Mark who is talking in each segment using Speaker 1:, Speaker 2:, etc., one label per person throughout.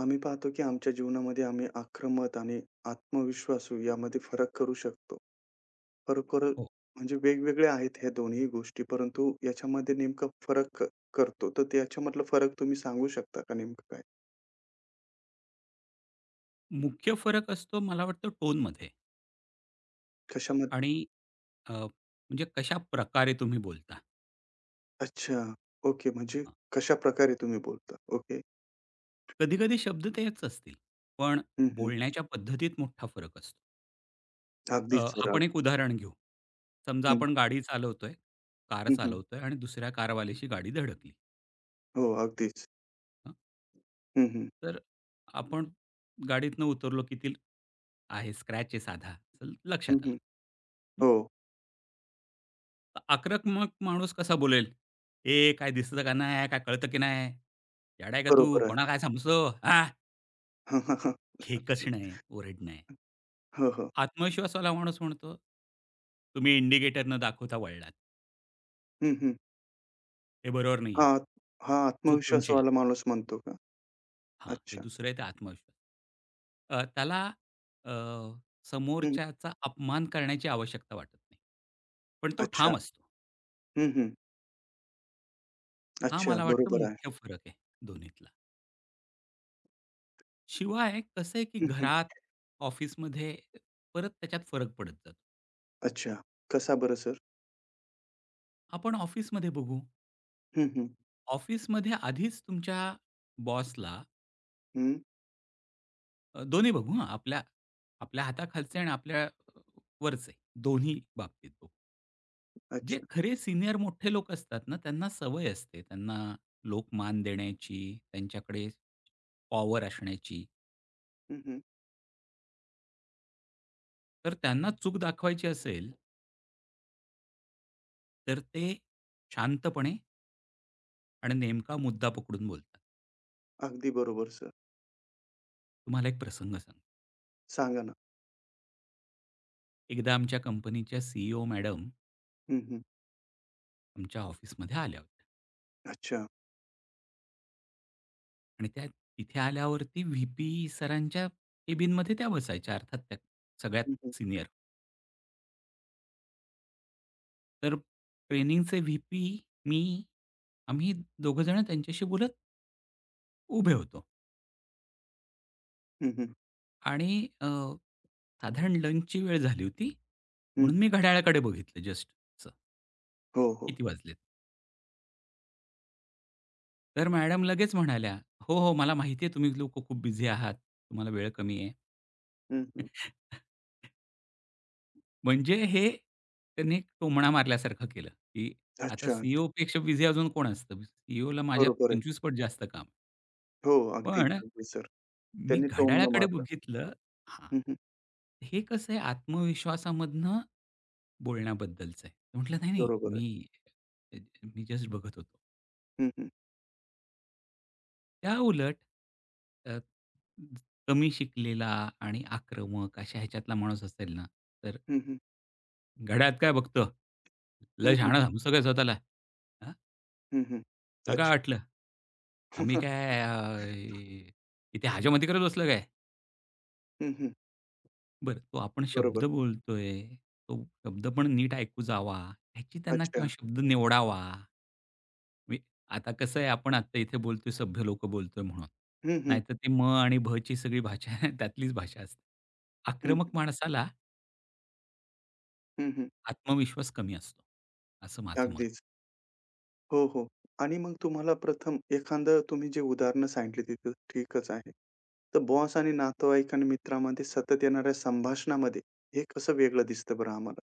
Speaker 1: आम्ही पाहतो की आमच्या जीवनामध्ये आम्ही आक्रमक आणि आत्मविश्वासू यामध्ये फरक करू शकतो. फरक करू
Speaker 2: हो.
Speaker 1: म्हणजे वेगवेगळ्या आहेत ह्या दोन्ही गोष्टी, परंतु याच्यामध्ये नेमका फरक करतो. तर त्याच्यामधला फरक तुम्ही सांगू शकता का नेमकं काय?
Speaker 2: मुख्य फरक असतो मला वाटतं टोनमध्ये
Speaker 1: कशामध्ये?
Speaker 2: आणि म्हणजे कशा प्रकारे तुम्ही बोलता.
Speaker 1: अच्छा. ओके. म्हणजे कशाप्रकारे तुम्ही बोलता? ओके.
Speaker 2: कधी-कधी शब्द तेच असतील, पण
Speaker 1: हं, हं.
Speaker 2: बोलण्याच्या पद्धतीत मोठा फरक असतो. अ,
Speaker 1: अगदीच सर.
Speaker 2: आपण एक उदाहरण घेऊ. समजा
Speaker 1: हं,
Speaker 2: आपण गाडी चालवतोय, कार
Speaker 1: हं, हं.
Speaker 2: चालवतोय आणि दुसऱ्या कारवाल्याशी गाडी धडकली.
Speaker 1: हो, अगदीच.
Speaker 2: हं.
Speaker 1: हं, हं.
Speaker 2: तर आपण गाडीतनं उतरलो की आहे स्क्रॅच आहे साधा, असं
Speaker 1: हं,
Speaker 2: लक्षात आलं.
Speaker 1: हं. हो,
Speaker 2: आक्रमक माणूस कसा बोलेल, "ए काय दिसतं का नाही? काय कळतं की नाही? येडा आहे का तू?
Speaker 1: बरोबर आहे.
Speaker 2: कोणाला काय समजतो? हां?"
Speaker 1: हां, हां, हां.
Speaker 2: खेकसणं आहे, ओरडणं आहे.
Speaker 1: हो, हो.
Speaker 2: आत्मविश्वासवाला माणूस म्हणतो, "तुम्ही इंडिकेटर न दाखवता वळलात.
Speaker 1: हं, हं.
Speaker 2: हे बरोबर नाहीये.
Speaker 1: हां, हां,
Speaker 2: चूक तुमची आहे."
Speaker 1: आत्मविश्वासवाला माणूस म्हणतो का?
Speaker 2: हां, हे
Speaker 1: अच्छा.
Speaker 2: दुसरं आहे ते आत्मविश्वास. त्याला अ,
Speaker 1: हं.
Speaker 2: समोरच्याचा अपमान करण्याची आवश्यकता वाटत नाही. पण तो
Speaker 1: अच्छा.
Speaker 2: ठाम असतो.
Speaker 1: हं, हं.
Speaker 2: हा
Speaker 1: अच्छा.
Speaker 2: मला वाटतं
Speaker 1: बरोबर आहे.
Speaker 2: मुख्य फरक आहे दोन्हीतला. शिवाय कसं आहे, की
Speaker 1: हं, हं.
Speaker 2: घरात, ऑफिसमध्ये परत त्याच्यात फरक पडत जातो.
Speaker 1: अच्छा. कसा बरं सर?
Speaker 2: आपण ऑफिसमध्ये बघू.
Speaker 1: हं, हं.
Speaker 2: ऑफिसमध्ये आधीच तुमच्या बॉसला
Speaker 1: हं.
Speaker 2: दोन्ही बघू हां, आपल्या आपल्या हाताखालचे आणि आपल्या वरचे दोन्ही बाबतीत बघू. जे
Speaker 1: अच्छा.
Speaker 2: खरे सीनियर मोठे लोक असतात ना, त्यांना सवय असते. त्यांना लोक मान देण्याची, त्यांच्याकडे पॉवर असण्याची.
Speaker 1: हं, हं.
Speaker 2: तर त्यांना चूक दाखवायची असेल, तर ते शांतपणे आणि नेमका मुद्दा पकडून बोलतात.
Speaker 1: अगदी बरोबर सर.
Speaker 2: तुम्हाला एक प्रसंग सांगतो.
Speaker 1: सांगा ना.
Speaker 2: एकदा आमच्या कंपनीच्या सीईओ मॅडम
Speaker 1: हं, हं.
Speaker 2: आमच्या ऑफिसमध्ये आल्या होत्या
Speaker 1: अच्छा.
Speaker 2: आणि त्या तिथे आल्यावरती व्ही पी सरांच्या केबिनमध्ये त्या बसायच्या. अर्थात त्या
Speaker 1: हं, हं.
Speaker 2: सगळ्यात सिनियर. तर ट्रेनिंगचे व्ही पी, मी आम्ही दोघंजणं त्यांच्याशी बोलत उभे होतो
Speaker 1: हं, हं.
Speaker 2: आणि साधारण लंचची वेळ झाली होती,
Speaker 1: हं.
Speaker 2: म्हणून मी घड्याळाकडे बघितलं जस्ट असं,
Speaker 1: हो,
Speaker 2: की
Speaker 1: हो.
Speaker 2: किती वाजलेत. तर मॅडम लगेच म्हणाल्या, "हो हो, मला माहिती आहे तुम्ही लोक खूप बिझी आहात, तुम्हाला वेळ कमी आहे."
Speaker 1: हं, हं.
Speaker 2: म्हणजे हे त्यांनी एक टोमणा मारल्यासारखं केलं, की आता
Speaker 1: अच्छा, अच्छा.
Speaker 2: सी-ई-ओपेक्षा बिझी अजून कोण असतं? सी-ई-ओला माझ्या
Speaker 1: बरोबर आहे.
Speaker 2: 25 पट जास्त काम.
Speaker 1: हो. अगदीच,
Speaker 2: पण
Speaker 1: अगदी सर.
Speaker 2: मी
Speaker 1: त्यांनी टोमणं न
Speaker 2: घड्याळाकडे
Speaker 1: मारलं.
Speaker 2: बघितलं. हां,
Speaker 1: हं, हं.
Speaker 2: हे कसं आहे आत्मविश्वासामधनं बोलण्याबद्दलचं आहे. म्हटलं, "नाही, नाही,
Speaker 1: बरोबर आहे.
Speaker 2: मी मी जस्ट बघत होतो."
Speaker 1: हं, हं.
Speaker 2: त्या उलट अ, कमी शिकलेला आणि आक्रमक अशा ह्याच्यातला माणूस असेल ना, तर,
Speaker 1: हं, हं.
Speaker 2: "घड्याळात काय बघतो?
Speaker 1: हं,
Speaker 2: लय
Speaker 1: हं.
Speaker 2: शहाणा समजतो काय स्वतःला? हां,
Speaker 1: हं, हं.
Speaker 2: तुला काय
Speaker 1: अच्छा.
Speaker 2: वाटलं? आम्ही काय इथे हाजामती करत बसलो काय?"
Speaker 1: हं, हं.
Speaker 2: बरं तो आपण शब्द
Speaker 1: बरोबर.
Speaker 2: बोलतोय, तो शब्द पण नीट ऐकू जावा, ह्याची त्यांना किंवा
Speaker 1: अच्छा.
Speaker 2: शब्द निवडावा. म्हणजे आता कसं आहे, आपण आत्ता इथे बोलतोय सभ्य लोकं बोलतोय म्हणून.
Speaker 1: हं, हं.
Speaker 2: नाहीतर ती म आणि भची सगळी भाषा त्यातलीच भाषा असते.
Speaker 1: हं,
Speaker 2: आक्रमक
Speaker 1: हं.
Speaker 2: माणसाला
Speaker 1: हं, हं.
Speaker 2: आत्मविश्वास कमी असतो, असं माझं मत.
Speaker 1: अगदीच. हो, हो. आणि मग तुम्हाला प्रथम एखादं तुम्ही जे उदाहरणं सांगितली तिथं ठीकच आहे. तर बॉस आणि नातेवाईक आणि मित्रामध्ये सतत येणाऱ्या संभाषणामध्ये हे कसं वेगळं दिसतं बरं आम्हाला?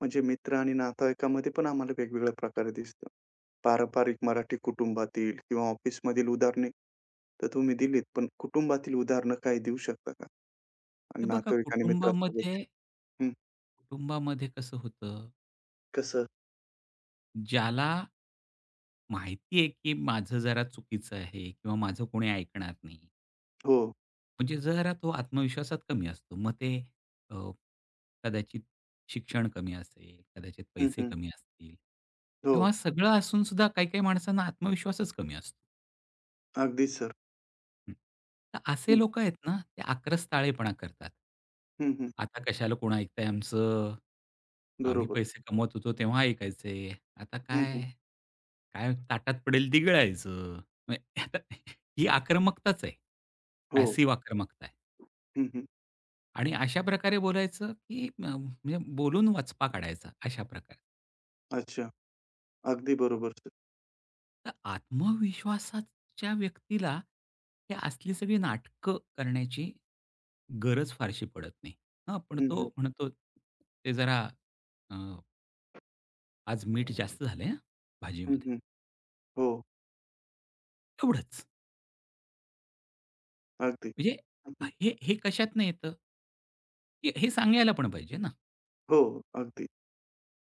Speaker 1: म्हणजे मित्र आणि नातेवाईकामध्ये पण आम्हाला वेगवेगळ्या प्रकारे दिसतं. पारंपरिक मराठी कुटुंबातील किंवा ऑफिसमधील उदाहरणे तर तुम्ही दिलीत, पण कुटुंबातील उदाहरणं काही देऊ शकता का? आणि
Speaker 2: हे बघा,
Speaker 1: नातेवाईक आणि
Speaker 2: कुटुंबामध्ये
Speaker 1: मित्रासोबतचे? हं.
Speaker 2: कुटुंबामध्ये कसं होतं,
Speaker 1: कसं?
Speaker 2: ज्याला माहिती आहे, की माझं जरा चुकीचं आहे किंवा माझं कोणी ऐकणार नाही.
Speaker 1: हो.
Speaker 2: म्हणजे जरा तो आत्मविश्वासात कमी असतो. मग ते अ, कदाचित शिक्षण कमी असेल, कदाचित
Speaker 1: हं,
Speaker 2: पैसे
Speaker 1: हं.
Speaker 2: कमी असतील
Speaker 1: हो.
Speaker 2: किंवा सगळं असून सुद्धा काही-काही माणसांना आत्मविश्वासच कमी असतो.
Speaker 1: अगदीच सर.
Speaker 2: हं. तर असे
Speaker 1: हं,
Speaker 2: लोकं आहेत ना, ते आक्रस्ताळेपणा करतात.
Speaker 1: हं, हं.
Speaker 2: आता कशाला कोण ऐकतंय आमचं? आम्ही
Speaker 1: बरोबर.
Speaker 2: पैसे कमवत होतो तेव्हा ऐकायचे. आता
Speaker 1: हं,
Speaker 2: काय?
Speaker 1: हं.
Speaker 2: काय ताटात पडेल ते गिळायचं. म्हणजे आता ही आक्रमकताच आहे.
Speaker 1: हो.
Speaker 2: पॅसिव्ह आक्रमकता आहे.
Speaker 1: हं, हं.
Speaker 2: आणि अशा प्रकारे बोलायचं, की म्हणजे बोलून वचपा काढायचा अशा प्रकारे.
Speaker 1: अच्छा. अगदी बरोबर सर.
Speaker 2: तर आत्मविश्वासाच्या व्यक्तीला हे असली सगळी नाटकं करण्याची गरज फारशी पडत नाही. हां, पण
Speaker 1: हं,
Speaker 2: तो
Speaker 1: हं.
Speaker 2: म्हणतो, "ते जरा अ, आज मीठ जास्त झालंय हां,
Speaker 1: हं,
Speaker 2: भाजीमध्ये."
Speaker 1: हं. हो.
Speaker 2: एवढंच.
Speaker 1: अगदी.
Speaker 2: म्हणजे
Speaker 1: हं, हं.
Speaker 2: हे हे कशातनं येतं? हे हे सांगायला पण पाहिजे ना.
Speaker 1: हो. अगदी.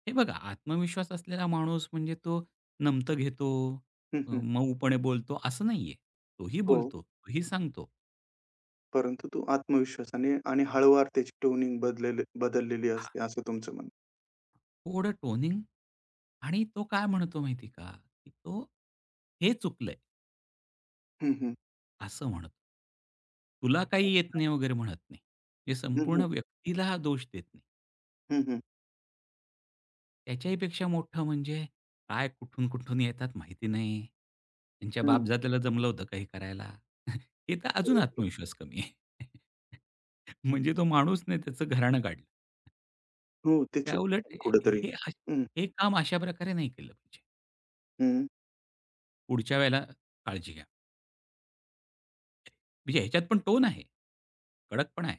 Speaker 2: हे बघा, आत्मविश्वास असलेला माणूस म्हणजे तो नमतं घेतो,
Speaker 1: हं, हं.
Speaker 2: मऊपणे बोलतो असं नाहीये. तोही
Speaker 1: हो.
Speaker 2: बोलतो, तोही सांगतो.
Speaker 1: परंतु तो आत्मविश्वासाने आणि हळूवार त्याची ट्यूनिंग बदललेली
Speaker 2: हां.
Speaker 1: असते असं तुमचं म्हणणं.
Speaker 2: थोडं टोनिंग, आणि तो काय म्हणतो माहिती का, की तो हे चुकलंय
Speaker 1: हं, हं.
Speaker 2: असं म्हणतो. तुला काही येत नाही वगैरे म्हणत नाही. हे
Speaker 1: हं,
Speaker 2: संपूर्ण
Speaker 1: हं.
Speaker 2: व्यक्तीला हा दोष देत नाही.
Speaker 1: हं, हं.
Speaker 2: त्याच्याही पेक्षा मोठं म्हणजे काय कुठून-कुठून येतात माहिती नाही. त्यांच्या
Speaker 1: हं.
Speaker 2: बापजात्याला जमलं होतं काही करायला. हे तर अजून
Speaker 1: बरोबर.
Speaker 2: आत्मविश्वास कमी आहे. म्हणजे तो माणूस नाही, त्याचं घराणं काढलं.
Speaker 1: हो, ते चुकीचं
Speaker 2: त्याउलट
Speaker 1: आहे कुठेतरी.
Speaker 2: हे अश
Speaker 1: हं,
Speaker 2: हे काम अशा प्रकारे नाही केलं पाहिजे.
Speaker 1: हं.
Speaker 2: पुढच्या वेळेला काळजी घ्या. म्हणजे ह्याच्यात पण टोन आहे, कडकपणा आहे.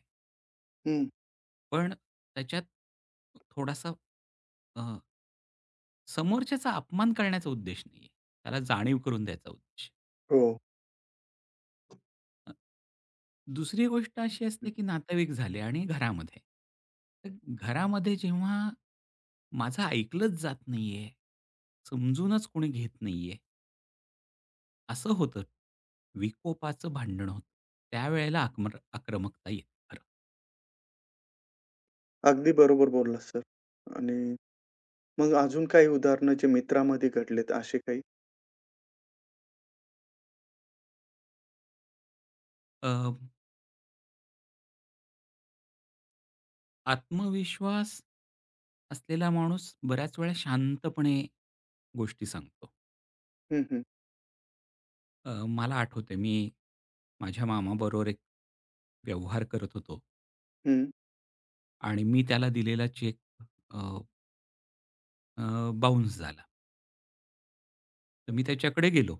Speaker 1: हं.
Speaker 2: पण त्याच्यात थोडासा अ, समोरच्याचा अपमान करण्याचा उद्देश नाहीये. त्याला जाणीव करून द्यायचा उद्देश.
Speaker 1: हो.
Speaker 2: अ, दुसरी गोष्ट अशी असते, की नातेवाईक झाले आणि घरामध्ये. तर घरामध्ये जेव्हा माझं ऐकलंच जात नाहीये, समजूनच कोणी घेत नाहीये, असं होतं. विकोपाचं भांडण होतं. त्यावेळेला आक्रमकता येते खरं.
Speaker 1: अगदी बरोबर बोललात सर. आणि मग अजून काही उदाहरणं जे मित्रामध्ये घडलेत असे काही?
Speaker 2: अ, आत्मविश्वास असलेला माणूस बऱ्याच वेळा शांतपणे गोष्टी सांगतो.
Speaker 1: हं, हं.
Speaker 2: अ, मला आठवतंय मी माझ्या मामाबरोबर एक व्यवहार करत होतो.
Speaker 1: हं.
Speaker 2: आणि मी त्याला दिलेला चेक अ, अ, बाउन्स झाला. तर मी त्याच्याकडे गेलो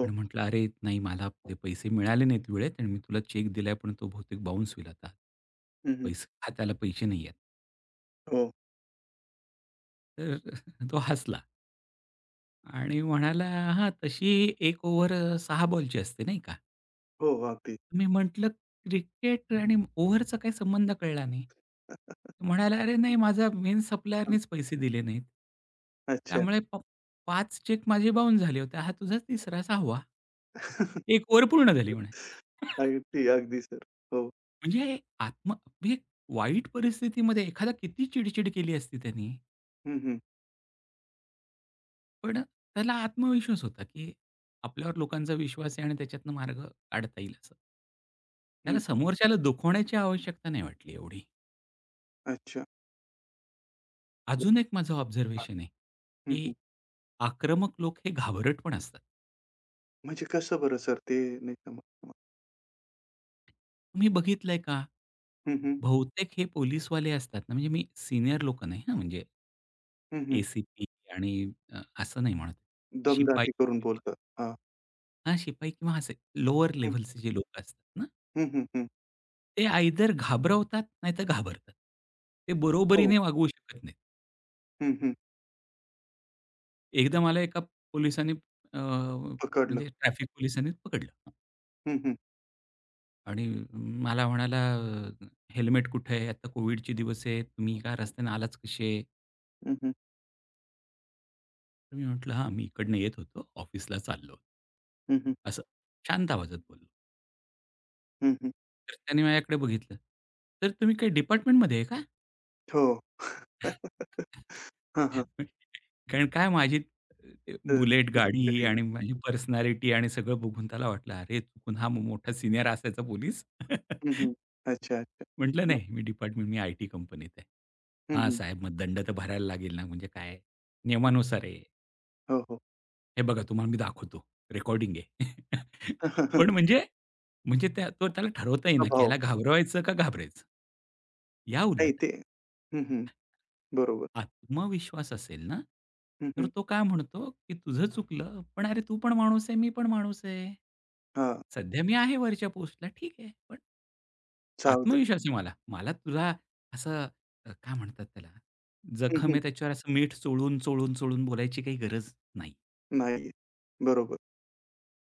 Speaker 2: आणि म्हटलं, "अरे नाही, मला ते पैसे मिळाले नाहीत वेळेत आणि मी तुला चेक दिलाय, पण तो बहुतेक बाउन्स होईल आता.
Speaker 1: हं, हं.
Speaker 2: पैसे हाताला पैसे नाही आहेत."
Speaker 1: हो.
Speaker 2: तर तो हसला आणि म्हणाला, "हां, तशी 1 ओव्हर 6 बॉलची असते नाही का?"
Speaker 1: हो. अगदी.
Speaker 2: मी म्हटलं, "क्रिकेट आणि ओव्हरचा काही संबंध कळला नाही." म्हणाला, "अरे नाही, माझा मेन सप्लायरनेच पैसे दिले नाहीत.
Speaker 1: अच्छा.
Speaker 2: त्यामुळे 5 चेक माझे बाउन झाले होते. हा तुझा तिसरा, 6वा. एक ओव्हर पूर्ण झाली," म्हणे.
Speaker 1: अगदी, अगदी सर. हो.
Speaker 2: म्हणजे म्हणजे वाईट परिस्थितीमध्ये एखादा किती चिडचिड केली असती त्यांनी,
Speaker 1: हं, हं.
Speaker 2: पण त्याला आत्मविश्वास होता, की आपल्यावर लोकांचा विश्वास आहे आणि त्याच्यातनं मार्ग काढता येईल असं.
Speaker 1: हं,
Speaker 2: त्याला
Speaker 1: हं.
Speaker 2: समोरच्याला दुखवण्याची आवश्यकता नाही वाटली एवढी.
Speaker 1: अच्छा.
Speaker 2: अजून एक माझं ऑब्झर्वेशन आहे,
Speaker 1: हं,
Speaker 2: की
Speaker 1: हं.
Speaker 2: आक्रमक लोक हे घाबरट पण असतात.
Speaker 1: म्हणजे कसं बरं सर ते नाही समजलं मला.
Speaker 2: तुम्ही बघितलंय का?
Speaker 1: हं, हं.
Speaker 2: बहुतेक हे पोलिसवाले असतात ना, म्हणजे मी सीनियर लोकं नाही हां, म्हणजे
Speaker 1: हं, हं.
Speaker 2: ए-सी-पी आणि असं नाही म्हणत. शिपाई
Speaker 1: दमदाटी करून
Speaker 2: किंवा
Speaker 1: बोलतात. हां.
Speaker 2: हां, शिपाई किंवा असे लोअर
Speaker 1: हं,
Speaker 2: लेव्हलचे जे लोकं असतात ना,
Speaker 1: हं, हं, हं.
Speaker 2: ते आयदर घाबरवतात नाहीतर घाबरतात. ते
Speaker 1: हो.
Speaker 2: बरोबरीने वागवू शकत नाहीत.
Speaker 1: हं, हं.
Speaker 2: एकदा मला एका पोलिसाने
Speaker 1: पकडलं.
Speaker 2: म्हणजे ट्रॅफिक पोलिसांनी पकडलं.
Speaker 1: हं, हं.
Speaker 2: आणि मला म्हणाला, "हेल्मेट कुठे आहे? आता कोविडचे दिवस आहेत. तुम्ही काय रस्त्याने आलाच कसे?"
Speaker 1: हं, हं.
Speaker 2: तर मी म्हटलं, "हां, मी इकडनं येत होतो. ऑफिसला चाललो होतो."
Speaker 1: हं, हं.
Speaker 2: असं शांत आवाजात बोललो.
Speaker 1: हं, हं.
Speaker 2: तर त्याने माझ्याकडे बघितलं. "तर तुम्ही काही डिपार्टमेंटमध्ये आहे का?"
Speaker 1: हो. हां, हां.
Speaker 2: कारण काय माझी
Speaker 1: अ,
Speaker 2: बुलेट गाडी
Speaker 1: दुसरीकडे.
Speaker 2: आणि माझी पर्सनॅलिटी आणि सगळं बघून त्याला वाटलं, "अरे, चुकून हा मोठा सीनियर असायचा पोलीस."
Speaker 1: हं, हं. अच्छा, अच्छा.
Speaker 2: म्हटलं,
Speaker 1: मग?
Speaker 2: "नाही, मी आय-टी कंपनीत आहे."
Speaker 1: हं,
Speaker 2: "हां,
Speaker 1: हं.
Speaker 2: साहेब मग दंड तर भरायला लागेल ना." म्हणजे काय, नियमानुसार आहे.
Speaker 1: हो, हो.
Speaker 2: "हे बघा तुम्हाला मी दाखवतो. रेकॉर्डिंग आहे." पण म्हणजे, म्हणजे तो त्याला ठरवता येईना, की
Speaker 1: अभाव.
Speaker 2: ह्याला घाबरवायचं का घाबरायचं.
Speaker 1: नाही
Speaker 2: याउलट
Speaker 1: ते हं, हं. बरोबर.
Speaker 2: आत्मविश्वास असेल ना,
Speaker 1: हं,
Speaker 2: तर
Speaker 1: हं.
Speaker 2: तो काय म्हणतो, की "तुझं चुकलं, पण अरे तू पण माणूस आहे, मी पण माणूस आहे.
Speaker 1: हां.
Speaker 2: सध्या मी आहे वरच्या पोस्टला ठीक आहे, पण
Speaker 1: चालतंय.
Speaker 2: आत्मविश्वास आहे मला. मला तुला असं काय म्हणतात त्याला,
Speaker 1: हं,
Speaker 2: जखम
Speaker 1: हं.
Speaker 2: आहे त्याच्यावर असं मीठ चोळून, चोळून, चोळून बोलायची काही गरज नाही.
Speaker 1: नाहीये. बरोबर.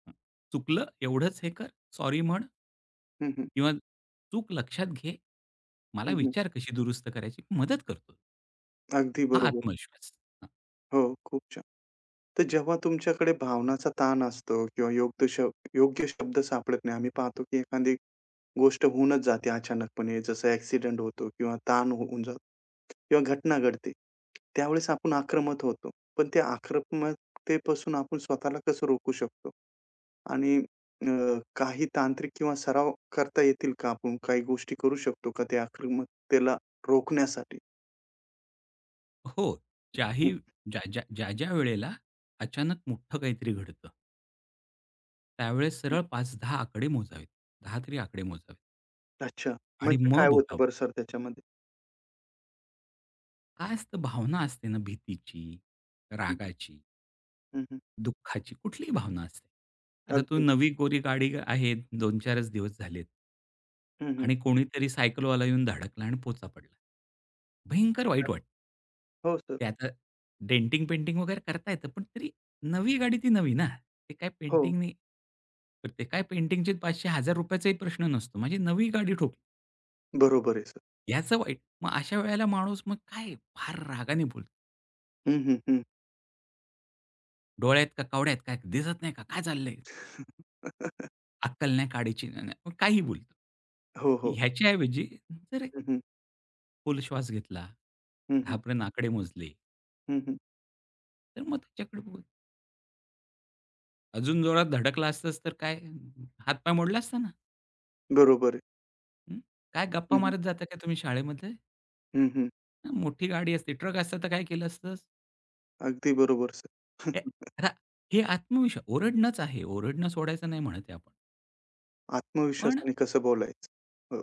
Speaker 2: हं. चुकलं एवढंच, हे कर, सॉरी म्हण
Speaker 1: हं, हं.
Speaker 2: किंवा चूक लक्षात घे. मला
Speaker 1: हं, हं.
Speaker 2: विचार कशी दुरुस्त करायची, मदत करतो."
Speaker 1: अगदी
Speaker 2: हा
Speaker 1: बरोबर.
Speaker 2: आत्मविश्वास. हं.
Speaker 1: हो, खूप छान. तर जेव्हा तुमच्याकडे भावनाचा ताण असतो किंवा योग्य शब्द सापडत नाही. आम्ही पाहतो की एखादी गोष्ट होऊनच जाते अचानकपणे. जसं ॲक्सिडेंट होतो किंवा ताण होऊन जातो किंवा घटना घडते. त्यावेळेस आपण आक्रमक होतो. पण त्या आक्रमकतेपासून आपण स्वतःला कसं रोखू शकतो? आणि अ, काही तांत्रिक किंवा सराव करता येतील का? आपण काही गोष्टी करू शकतो का त्या आक्रमकतेला रोखण्यासाठी?
Speaker 2: हो. ज्याही ज्या-ज्या वेळेला अचानक मोठं काहीतरी घडतं, त्यावेळेस सरळ 5-10 आकडे मोजावेत. 10 तरी आकडे मोजावेत
Speaker 1: अच्छा.
Speaker 2: आणि
Speaker 1: म्हणजे
Speaker 2: मग
Speaker 1: काय होतं
Speaker 2: बोलावं.
Speaker 1: बरं सर त्याच्यामध्ये?
Speaker 2: आज तर भावना असते ना, भीतीची,
Speaker 1: हं,
Speaker 2: रागाची,
Speaker 1: हं, हं.
Speaker 2: दुःखाची कुठलीही भावना असते. आता तू
Speaker 1: अगदी.
Speaker 2: नवी कोरी गाडी आहे, 2-4च दिवस झालेत.
Speaker 1: हं, हं.
Speaker 2: आणि कोणीतरी सायकलवाला येऊन धडकला आणि पोचा पडला. भयंकर वाईट वाटतं.
Speaker 1: हो सर.
Speaker 2: ते आता डेंटिंग, पेंटिंग वगैरे करता येतं, पण तरी नवी गाडी ती नवी ना. ते काय
Speaker 1: हो.
Speaker 2: पेंटिंग नाही. तर ते काय पेंटिंगचे 500-1000 रुपयाचाही प्रश्न नसतो. माझी नवी गाडी ठोकली,
Speaker 1: बरोबर आहे सर.
Speaker 2: याचं वाईट. मग अशा वेळेला माणूस मग काय फार रागाने बोलतो.
Speaker 1: हं, हं, हं.
Speaker 2: "डोळे आहेत का कवडे आहेत का? दिसत नाही का? काय चाललंय? अक्कल नाही, काडीची नाही." नाही. मग काहीही बोलतो.
Speaker 1: हो, हो.
Speaker 2: ह्याच्याऐवजी जर एक
Speaker 1: हं, हं.
Speaker 2: खोल श्वास घेतला,
Speaker 1: हं, हं.
Speaker 2: 10पर्यंत आकडे मोजले,
Speaker 1: हं, हं.
Speaker 2: तर मग त्याच्याकडे बघून, "अजून जोरात धडकला असतास तर काय हातपाय मोडला असता ना?
Speaker 1: बरोबर आहे.
Speaker 2: हं? काय गप्पा
Speaker 1: हं, हं.
Speaker 2: मारत जाता का तुम्ही शाळेमध्ये?
Speaker 1: हं, हं.
Speaker 2: हं, मोठी गाडी असते, ट्रक असता तर काय केलं असतंस?"
Speaker 1: अगदी बरोबर सर.
Speaker 2: हे आता हे आत्मविश्वास ओरडणंच आहे. ओरडणं सोडायचं नाही म्हणत आहे आपण. पण
Speaker 1: आत्मविश्वासाने कसं बोलायचं. हो.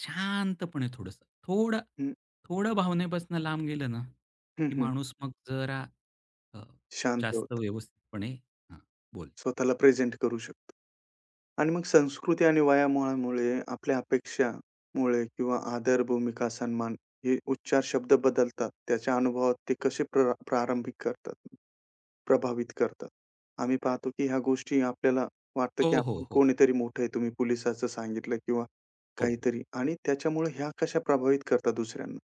Speaker 2: शांतपणे थोडंसं, थोडं
Speaker 1: हं.
Speaker 2: थोडं भावनेपासून लांब गेलं ना,
Speaker 1: हं,
Speaker 2: की
Speaker 1: हं.
Speaker 2: माणूस मग जरा अ,
Speaker 1: शांत
Speaker 2: जास्त
Speaker 1: होतं.
Speaker 2: व्यवस्थितपणे हां, बोल.
Speaker 1: स्वतःला प्रेझेंट करू शकतो. आणि मग संस्कृती आणि वयामुळे आपल्या अपेक्षामुळे किंवा आदर, भूमिका, सन्मान हे उच्चार शब्द बदलतात. त्याच्या अनुभवात ते कसे प्रारंभिक करतात, प्रभावित करतात? आम्ही पाहतो की ह्या गोष्टी आपल्याला वाटतं
Speaker 2: हो,
Speaker 1: की
Speaker 2: हो,
Speaker 1: आपण
Speaker 2: हो,
Speaker 1: कोणीतरी मोठं आहे. तुम्ही पोलिसाचं सांगितलं किंवा
Speaker 2: हो.
Speaker 1: काहीतरी आणि त्याच्यामुळे ह्या कशा प्रभावित करतात दुसऱ्यांना?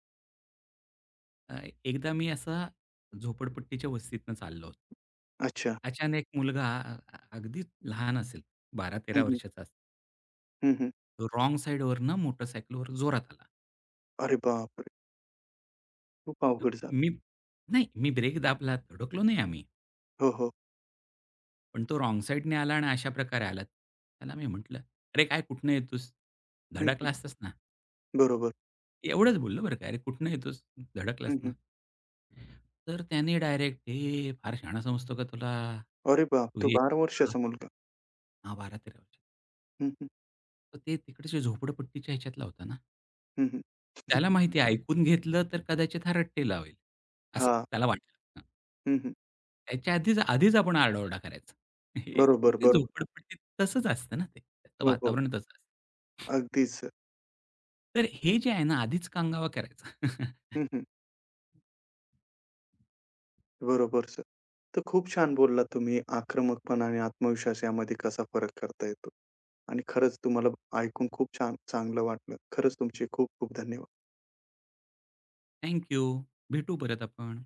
Speaker 2: अ, एकदा मी असा झोपडपट्टीच्या वस्तीतनं चाललो होतो.
Speaker 1: अच्छा.
Speaker 2: अचानक एक मुलगा अ, अ, अगदी लहान असेल, 12 तेरा
Speaker 1: हं, हं.
Speaker 2: वर्षाचा असेल.
Speaker 1: हं, हं.
Speaker 2: तो रॉंग साइडवरनं मोटरसायकलवर जोरात आला.
Speaker 1: अरे बापरे! खूप
Speaker 2: तर
Speaker 1: अवघड झालं.
Speaker 2: मी, नाही, मी ब्रेक दाबला, धडकलो नाही आम्ही.
Speaker 1: हो, हो.
Speaker 2: पण तो रॉन्ग साइडने आला आणि अशा प्रकारे आला. त्याला मी म्हटलं, "अरे काय कुठनं येतोस?
Speaker 1: हं,
Speaker 2: धडकला
Speaker 1: हं.
Speaker 2: असतास ना."
Speaker 1: बरोबर.
Speaker 2: एवढंच बोललो बरं का. "अरे कुठनं येतोस? धडकलास
Speaker 1: हं, हं.
Speaker 2: ना." तर त्याने डायरेक्ट, "ए फार शहाणा समजतो का तुला?
Speaker 1: अरे बाप!
Speaker 2: तू
Speaker 1: तो
Speaker 2: हे,"
Speaker 1: 12 वर्षाचा मुलगा.
Speaker 2: हां, 12-13.
Speaker 1: हं, हं.
Speaker 2: तर ते तिकडच्या झोपडपट्टीच्या ह्याच्यातला होता ना.
Speaker 1: हं, हं.
Speaker 2: त्याला माहिती आहे ऐकून घेतलं तर कदाचित हा रट्टे लावेल, असं
Speaker 1: हां.
Speaker 2: त्याला वाटलं. हां.
Speaker 1: हं, हं.
Speaker 2: त्याच्या आधीच आधीच आपण आरडाओरडा करायचा. हे
Speaker 1: बरोबर,
Speaker 2: ते
Speaker 1: बरोबर.
Speaker 2: झोपडपट्टीत तसंच असतं ना ते. त्याचं
Speaker 1: हो, हो.
Speaker 2: वातावरण तसं असतं.
Speaker 1: अगदीच सर.
Speaker 2: तर हे जे आहे ना, आधीच कांगावा करायचा.
Speaker 1: हं, हं. बरोबर सर. तर खूप छान बोललात तुम्ही आक्रमकपणा आणि आत्मविश्वास यामध्ये कसा फरक करता येतो. आणि खरंच तुम्हाला ऐकून खूप छान चांगलं वाटलं. खरंच तुमचे खूप खूप धन्यवाद.
Speaker 2: Thank you. भेटू परत आपण.